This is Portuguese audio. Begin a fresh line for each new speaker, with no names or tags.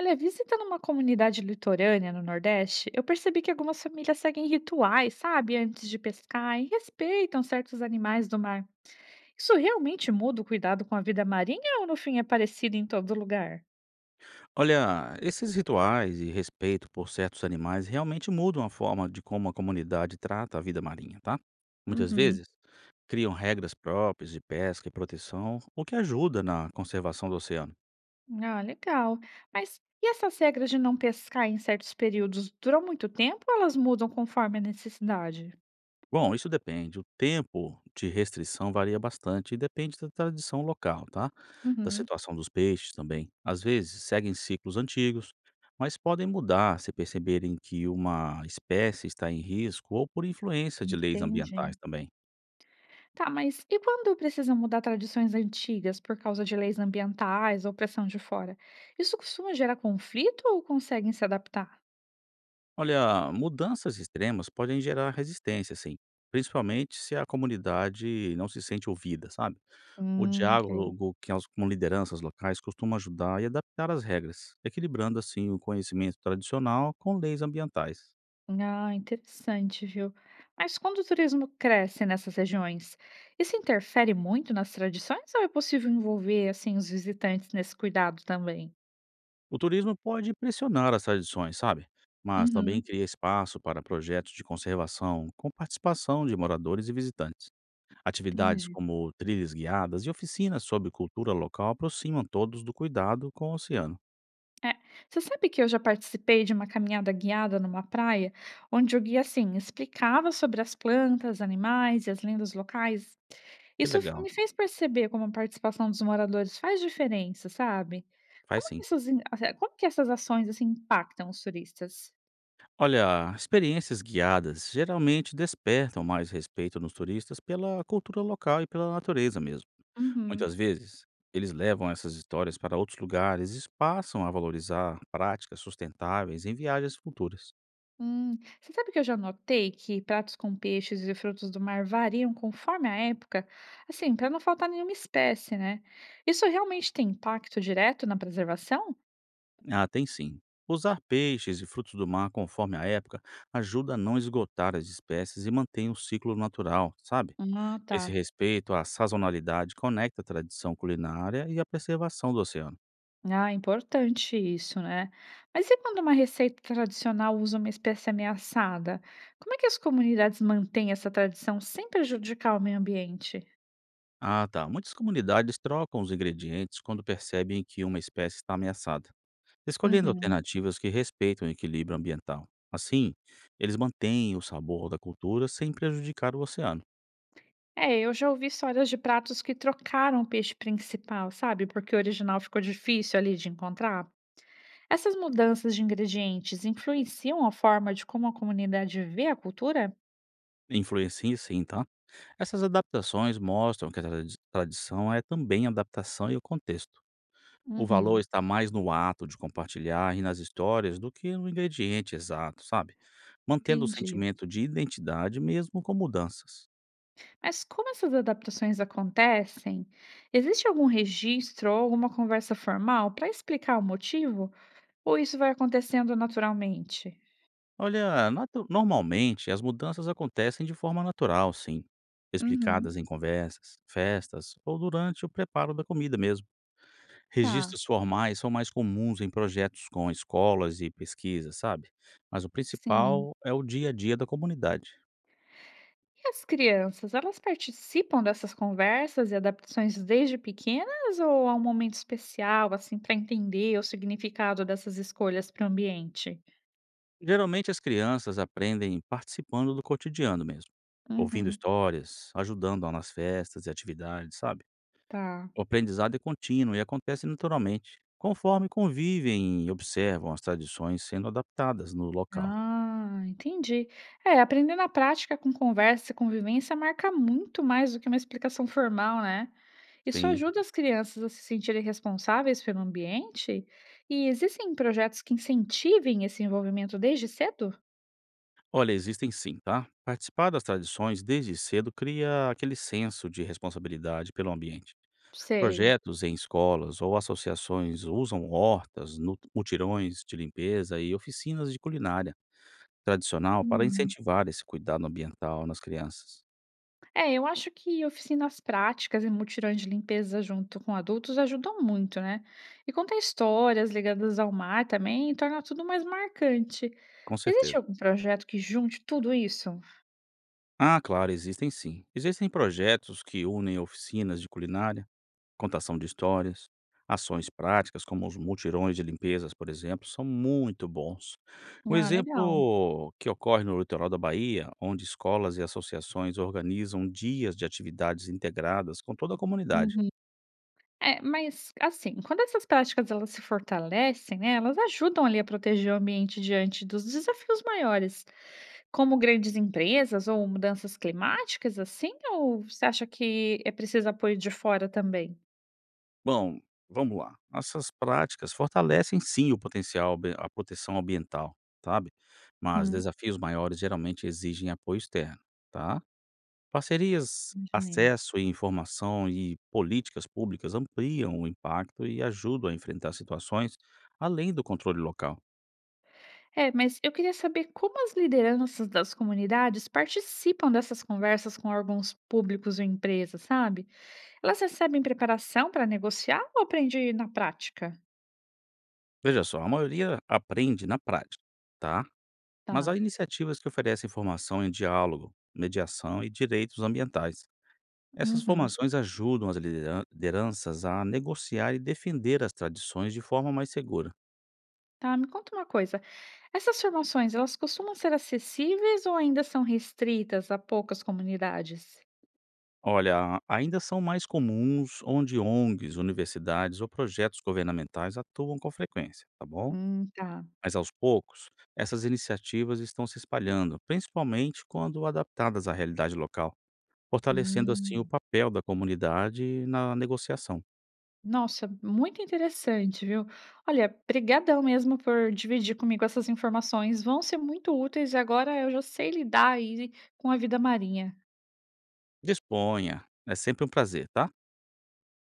Olha, visitando uma comunidade litorânea no Nordeste, eu percebi que algumas famílias seguem rituais, sabe, antes de pescar e respeitam certos animais do mar. Isso realmente muda o cuidado com a vida marinha ou no fim é parecido em todo lugar?
Olha, esses rituais e respeito por certos animais realmente mudam a forma de como a comunidade trata a vida marinha, tá? Muitas
Uhum.
vezes criam regras próprias de pesca e proteção, o que ajuda na conservação do oceano.
Ah, legal. Mas e essas regras de não pescar em certos períodos duram muito tempo ou elas mudam conforme a necessidade?
Bom, isso depende. O tempo de restrição varia bastante e depende da tradição local, tá? Da
Uhum.
situação dos peixes também. Às vezes seguem ciclos antigos, mas podem mudar se perceberem que uma espécie está em risco ou por influência de leis
Entendi.
ambientais também.
Tá, mas e quando precisam mudar tradições antigas por causa de leis ambientais ou pressão de fora? Isso costuma gerar conflito ou conseguem se adaptar?
Olha, mudanças extremas podem gerar resistência, sim, principalmente se a comunidade não se sente ouvida, sabe? O
Ok.
diálogo com lideranças locais costuma ajudar e adaptar as regras, equilibrando assim o conhecimento tradicional com leis ambientais.
Ah, interessante, viu? Mas quando o turismo cresce nessas regiões, isso interfere muito nas tradições ou é possível envolver assim os visitantes nesse cuidado também?
O turismo pode pressionar as tradições, sabe? Mas também
Uhum,
cria espaço para projetos de conservação com participação de moradores e visitantes. Atividades
entendi.
como trilhas guiadas e oficinas sobre cultura local aproximam todos do cuidado com o oceano.
É. Você sabe que eu já participei de uma caminhada guiada numa praia, onde o guia, assim, explicava sobre as plantas, animais e as lendas locais.
Que legal,
Me fez perceber como a participação dos moradores faz diferença, sabe?
faz
Como que
sim.
como que essas ações, assim, impactam os turistas?
Olha, experiências guiadas geralmente despertam mais respeito nos turistas pela cultura local e pela natureza mesmo.
Uhum.
Muitas vezes, eles levam essas histórias para outros lugares e passam a valorizar práticas sustentáveis em viagens futuras.
Hum. Você sabe que eu já notei que pratos com peixes e frutos do mar variam conforme a época, assim, para não faltar nenhuma espécie, né? Isso realmente tem impacto direto na preservação?
Ah, tem sim. Usar peixes e frutos do mar conforme a época ajuda a não esgotar as espécies e mantém o ciclo natural, sabe?
Ah,
Esse
tá.
respeito à sazonalidade conecta a tradição culinária e a preservação do oceano.
Ah, importante isso, né? Mas e quando uma receita tradicional usa uma espécie ameaçada? Como é que as comunidades mantêm essa tradição sem prejudicar o meio ambiente?
Ah, tá. Muitas comunidades trocam os ingredientes quando percebem que uma espécie está ameaçada, escolhendo
Uhum.
alternativas que respeitam o equilíbrio ambiental. Assim, eles mantêm o sabor da cultura sem prejudicar o oceano.
É, eu já ouvi histórias de pratos que trocaram o peixe principal, sabe? Porque o original ficou difícil ali de encontrar. Essas mudanças de ingredientes influenciam a forma de como a comunidade vê a cultura?
Influencia sim, tá? Essas adaptações mostram que a tradição é também adaptação e o contexto. O valor
Uhum.
está mais no ato de compartilhar e nas histórias do que no ingrediente exato, sabe? Mantendo o
Entendi.
sentimento de identidade mesmo com mudanças.
Mas como essas adaptações acontecem? Existe algum registro ou alguma conversa formal para explicar o motivo? Ou isso vai acontecendo naturalmente?
Olha, normalmente as mudanças acontecem de forma natural, sim,
Uhum,
explicadas em conversas, festas ou durante o preparo da comida mesmo.
tá,
Registros formais são mais comuns em projetos com escolas e pesquisas, sabe? Mas o
sim.
principal é o dia a dia da comunidade.
E as crianças, elas participam dessas conversas e adaptações desde pequenas ou há um momento especial, assim, para entender o significado dessas escolhas para o ambiente?
Geralmente as crianças aprendem participando do cotidiano mesmo, ouvindo
Uhum,
histórias, ajudando nas festas e atividades, sabe?
tá.
O aprendizado é contínuo e acontece naturalmente, conforme convivem e observam as tradições sendo adaptadas no local.
Ah, entendi. É, aprender na prática com conversa e convivência marca muito mais do que uma explicação formal, né? Isso
Tem,
ajuda as crianças a se sentirem responsáveis pelo ambiente? E existem projetos que incentivem esse envolvimento desde cedo?
olha, existem sim, tá? Participar das tradições desde cedo cria aquele senso de responsabilidade pelo ambiente.
Sei.
Projetos em escolas ou associações usam hortas, mutirões de limpeza e oficinas de culinária tradicional para
Hum.
incentivar esse cuidado ambiental nas crianças.
É, eu acho que oficinas práticas e mutirões de limpeza junto com adultos ajudam muito, né? E contar histórias ligadas ao mar também torna tudo mais marcante.
Com
Existe
certeza.
algum projeto que junte tudo isso?
Ah, claro, existem sim. Existem projetos que unem oficinas de culinária, contação de histórias, ações práticas, como os mutirões de limpezas, por exemplo, são muito bons. Um
Ah, legal.
exemplo que ocorre no litoral da Bahia, onde escolas e associações organizam dias de atividades integradas com toda a comunidade.
Uhum. É, mas assim, quando essas práticas elas se fortalecem, né, elas ajudam ali a proteger o ambiente diante dos desafios maiores, como grandes empresas ou mudanças climáticas, assim, ou você acha que é preciso apoio de fora também?
Bom, vamos lá. Essas práticas fortalecem sim o potencial, a proteção ambiental, sabe? Mas
Hum,
desafios maiores geralmente exigem apoio externo, tá? Parcerias,
imaginei.
acesso e informação e políticas públicas ampliam o impacto e ajudam a enfrentar situações além do controle local.
É, mas eu queria saber como as lideranças das comunidades participam dessas conversas com órgãos públicos ou empresas, sabe? Elas recebem preparação para negociar ou aprende na prática?
Veja só, a maioria aprende na prática, tá? Mas
Tá.
há iniciativas que oferecem formação em diálogo, mediação e direitos ambientais. Essas
Uhum.
formações ajudam as lideranças a negociar e defender as tradições de forma mais segura.
Tá, me conta uma coisa. Essas formações, elas costumam ser acessíveis ou ainda são restritas a poucas comunidades?
Olha, ainda são mais comuns onde ONGs, universidades ou projetos governamentais atuam com frequência, tá bom?
Tá.
Mas aos poucos, essas iniciativas estão se espalhando, principalmente quando adaptadas à realidade local, fortalecendo assim o
Hum.
papel da comunidade na negociação.
Nossa, muito interessante, viu? Olha, brigadão mesmo por dividir comigo essas informações. Vão ser muito úteis e agora eu já sei lidar aí com a vida marinha.
Disponha, é sempre um prazer, tá?